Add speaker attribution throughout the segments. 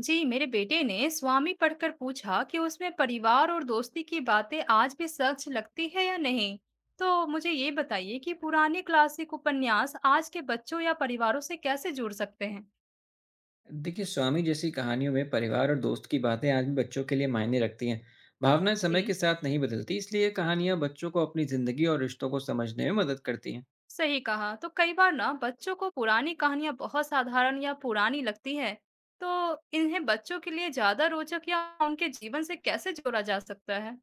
Speaker 1: जी, मेरे बेटे ने स्वामी पढ़कर पूछा कि उसमें परिवार और दोस्ती की बातें आज भी सच लगती है या नहीं। तो मुझे ये बताइए कि पुराने क्लासिक उपन्यास आज के बच्चों या परिवारों से कैसे जुड़ सकते हैं।
Speaker 2: देखिए, स्वामी जैसी कहानियों में परिवार और दोस्त की बातें आज भी बच्चों के लिए मायने रखती हैं। भावनाएं समय
Speaker 1: जी,
Speaker 2: के साथ नहीं बदलती, इसलिए कहानियां बच्चों को अपनी जिंदगी और रिश्तों को समझने में मदद करती हैं।
Speaker 1: सही कहा। तो कई बार ना बच्चों को पुरानी कहानियां बहुत साधारण या पुरानी लगती है। तो इन्हें बच्चों के लिए ज्यादा रोचक या उनके जीवन से कैसे जोड़ा जा सकता है।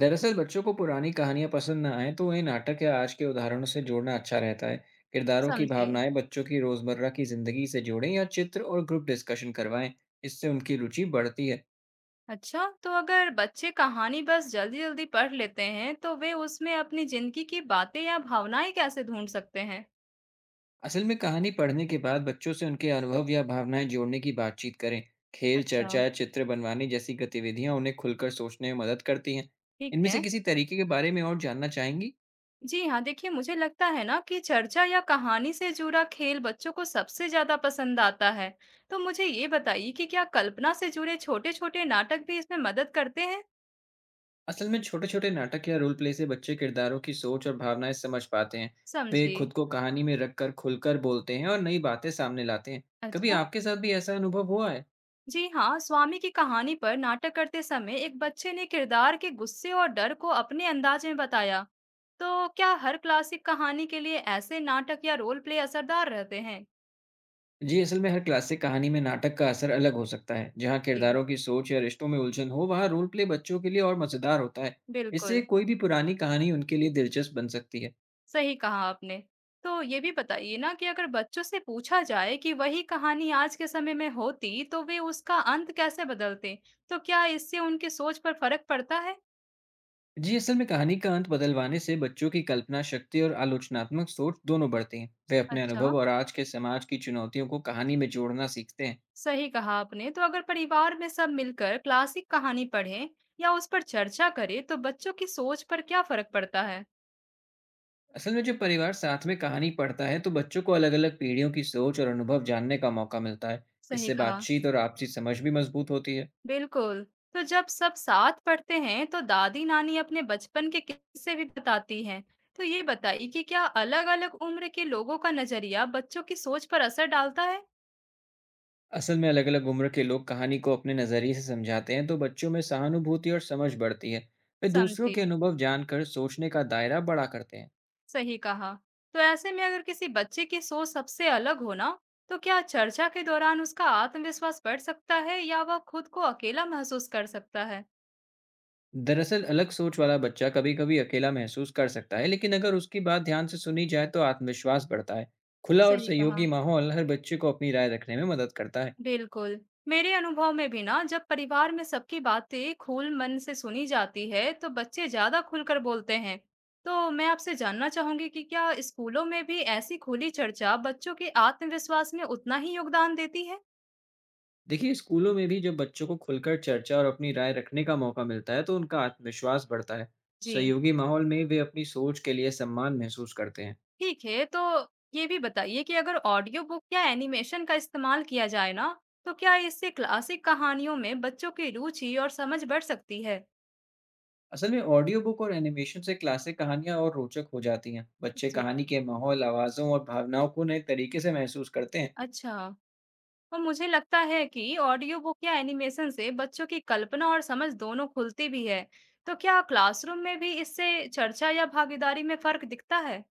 Speaker 2: दरअसल, बच्चों को पुरानी कहानियां पसंद ना आए तो उन्हें नाटक या आज के उदाहरणों से जोड़ना अच्छा रहता है। किरदारों की
Speaker 1: समझिए।
Speaker 2: भावनाएं बच्चों की रोजमर्रा की जिंदगी से जोड़ें या चित्र और ग्रुप डिस्कशन करवाएं। इससे उनकी रुचि बढ़ती है।
Speaker 1: अच्छा, तो अगर बच्चे कहानी बस जल्दी-जल्दी पढ़ लेते हैं, तो वे उसमें अपनी जिंदगी की बातें या भावनाएं कैसे ढूंढ सकते हैं?
Speaker 2: असल में कहानी पढ़ने के बाद बच्चों से उनके अनुभव या भावनाएं जोड़ने की बातचीत करें। खेल,
Speaker 1: अच्छा,
Speaker 2: चर्चा या चित्र बनवाने जैसी गतिविधियां उन्हें खुलकर सोचने में मदद करती हैं।
Speaker 1: ठीक
Speaker 2: इनमें से
Speaker 1: है।
Speaker 2: किसी तरीके के बारे में और जानना चाहेंगी?
Speaker 1: जी हाँ, देखिए मुझे लगता है ना कि चर्चा या कहानी से जुड़ा खेल बच्चों को सबसे ज्यादा पसंद आता है। तो मुझे ये बताइए कि क्या कल्पना से जुड़े छोटे-छोटे नाटक भी इसमें मदद करते हैं?
Speaker 2: असल में छोटे छोटे नाटक या रोल प्ले से बच्चे किरदारों की सोच और भावनाएं समझ पाते हैं। वे
Speaker 1: समझिए।
Speaker 2: खुद को कहानी में रखकर खुलकर बोलते हैं और नई बातें सामने लाते हैं। कभी
Speaker 1: अच्छा।
Speaker 2: आपके साथ भी ऐसा अनुभव हुआ है?
Speaker 1: जी हाँ, स्वामी की कहानी पर नाटक करते समय एक बच्चे ने किरदार के गुस्से और डर को अपने अंदाज में बताया। तो क्या हर क्लासिक कहानी के लिए ऐसे नाटक या रोल प्ले असरदार रहते हैं?
Speaker 2: जी, असल में हर क्लासिक कहानी में नाटक का असर अलग हो सकता है। जहाँ
Speaker 1: जी,
Speaker 2: किरदारों की सोच या रिश्तों में उलझन हो, वहाँ रोल प्ले बच्चों के लिए और मज़ेदार होता है। इससे
Speaker 1: बिल्कुल।
Speaker 2: कोई भी पुरानी कहानी उनके लिए दिलचस्प बन सकती है।
Speaker 1: सही कहा आपने। तो ये भी बताइए ना कि अगर बच्चों से पूछा जाए कि वही कहानी आज के समय में होती तो वे उसका अंत कैसे बदलते। तो क्या इससे उनकी सोच पर फर्क पड़ता है?
Speaker 2: जी, असल में कहानी का अंत बदलवाने से बच्चों की कल्पना शक्ति और आलोचनात्मक सोच दोनों बढ़ती हैं। वे अपने
Speaker 1: अच्छा।
Speaker 2: अनुभव और आज के समाज की चुनौतियों को कहानी में जोड़ना सीखते हैं।
Speaker 1: सही कहा आपने। तो अगर परिवार में सब मिलकर क्लासिक कहानी पढ़ें या उस पर चर्चा करें, तो बच्चों की सोच पर क्या फर्क पड़ता है?
Speaker 2: असल में जब परिवार साथ में कहानी पढ़ता है, तो बच्चों को अलग-अलग पीढ़ियों की सोच और अनुभव जानने का मौका मिलता है।
Speaker 1: सही
Speaker 2: इससे
Speaker 1: कहा।
Speaker 2: बातचीत और आपसी समझ भी मज़बूत होती है।
Speaker 1: बिल्कुल। तो जब सब साथ पढ़ते हैं तो दादी नानी अपने बचपन के किस्से भी बताती हैं। तो ये बताइए कि क्या अलग-अलग उम्र के लोगों का नजरिया बच्चों की सोच पर असर डालता है?
Speaker 2: असल में अलग अलग उम्र के लोग कहानी को अपने नजरिए से समझाते हैं, तो बच्चों में सहानुभूति और समझ बढ़ती है। वे दूसरों
Speaker 1: समझे।
Speaker 2: के अनुभव जानकर सोचने का दायरा बड़ा करते हैं।
Speaker 1: सही कहा। तो ऐसे में अगर किसी बच्चे की सोच सबसे अलग हो ना, तो क्या चर्चा के दौरान उसका आत्मविश्वास बढ़ सकता है या वह खुद को अकेला महसूस कर सकता है?
Speaker 2: दरअसल, अलग सोच वाला बच्चा कभी कभी अकेला महसूस कर सकता है, लेकिन अगर उसकी बात ध्यान से सुनी जाए तो आत्मविश्वास बढ़ता है। खुला और
Speaker 1: सही कहा।
Speaker 2: सहयोगी माहौल हर बच्चे को अपनी राय रखने में मदद करता है।
Speaker 1: बिल्कुल। मेरे अनुभव में भी ना जब परिवार में सबकी बातें खुल मन से सुनी जाती है तो बच्चे ज्यादा खुलकर बोलते हैं। तो मैं आपसे जानना चाहूंगी कि क्या स्कूलों में भी ऐसी खुली चर्चा बच्चों के आत्मविश्वास में उतना ही योगदान देती है।
Speaker 2: देखिए, स्कूलों में भी जब बच्चों को खुलकर चर्चा और अपनी राय रखने का मौका मिलता है, तो उनका आत्मविश्वास बढ़ता है।
Speaker 1: जी।
Speaker 2: सहयोगी माहौल में वे अपनी सोच के लिए सम्मान महसूस करते हैं।
Speaker 1: ठीक है, तो ये भी बताइए कि अगर ऑडियो बुक या एनिमेशन का इस्तेमाल किया जाए ना, तो क्या इससे क्लासिक कहानियों में बच्चों की रुचि और समझ बढ़ सकती है?
Speaker 2: असल में ऑडियो बुक और एनिमेशन से क्लासिक कहानियां और रोचक हो जाती हैं। बच्चे
Speaker 1: जी।
Speaker 2: कहानी के माहौल, आवाज़ों और भावनाओं को नए तरीके से महसूस करते हैं।
Speaker 1: अच्छा, और मुझे लगता है कि ऑडियो बुक या एनिमेशन से बच्चों की कल्पना और समझ दोनों खुलती भी है। तो क्या क्लासरूम में भी इससे चर्चा या भागीदारी में फर्क दिखता है?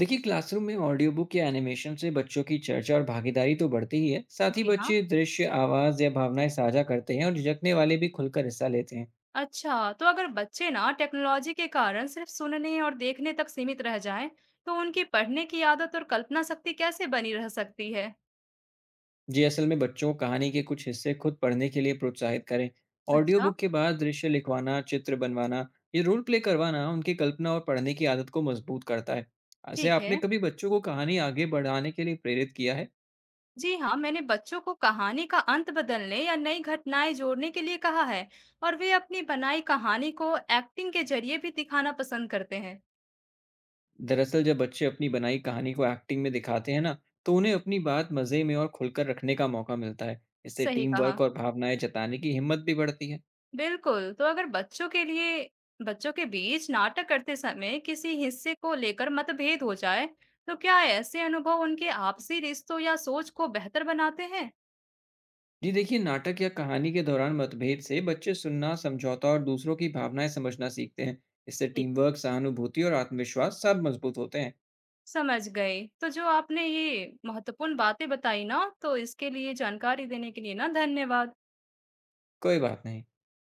Speaker 2: देखिए, क्लासरूम में ऑडियो बुक या एनिमेशन से बच्चों की चर्चा और भागीदारी तो बढ़ती ही है, साथ ही
Speaker 1: जी हाँ।
Speaker 2: बच्चे दृश्य, आवाज़ या भावनाएं साझा करते हैं और झिझकने वाले भी खुलकर हिस्सा लेते हैं।
Speaker 1: अच्छा, तो अगर बच्चे ना टेक्नोलॉजी के कारण सिर्फ सुनने और देखने तक सीमित रह जाएं, तो उनकी पढ़ने की आदत और कल्पना शक्ति कैसे बनी रह सकती है?
Speaker 2: जी, असल में बच्चों को कहानी के कुछ हिस्से खुद पढ़ने के लिए प्रोत्साहित करें। ऑडियो
Speaker 1: अच्छा,
Speaker 2: बुक के बाद दृश्य लिखवाना, चित्र बनवाना, ये रोल प्ले करवाना उनकी कल्पना और पढ़ने की आदत को मजबूत करता है। ऐसे
Speaker 1: ठीक
Speaker 2: आपने
Speaker 1: है।
Speaker 2: कभी बच्चों को कहानी आगे बढ़ाने के लिए प्रेरित किया है?
Speaker 1: जी हाँ, मैंने बच्चों को कहानी का अंत बदलने या नई घटनाएं जोड़ने के लिए कहा है, और वे अपनी बनाई कहानी को एक्टिंग के जरिए भी दिखाना पसंद करते हैं।
Speaker 2: दरअसल, जब बच्चे अपनी बनाई कहानी को एक्टिंग में दिखाते हैं ना, तो उन्हें अपनी बात मज़े में और खुलकर रखने का मौका मिलता है। इससे
Speaker 1: सही
Speaker 2: टीम
Speaker 1: कहा।
Speaker 2: वर्क और भावनाएं जताने की हिम्मत भी बढ़ती है।
Speaker 1: बिल्कुल, तो अगर बच्चों के लिए बच्चों के बीच नाटक करते समय किसी हिस्से को लेकर मतभेद हो जाए, तो क्या ऐसे अनुभव उनके आपसी रिश्तों या सोच को बेहतर बनाते हैं?
Speaker 2: जी, देखिए, नाटक या कहानी के दौरान मतभेद से बच्चे सुनना, समझौता और दूसरों की भावनाएं समझना सीखते हैं। इससे
Speaker 1: जी।
Speaker 2: टीम वर्क, सहानुभूति और आत्मविश्वास सब मजबूत होते हैं।
Speaker 1: समझ गई। तो जो आपने ये महत्वपूर्ण बातें बताई ना, तो इसके लिए जानकारी देने के लिए ना धन्यवाद।
Speaker 2: कोई बात नहीं।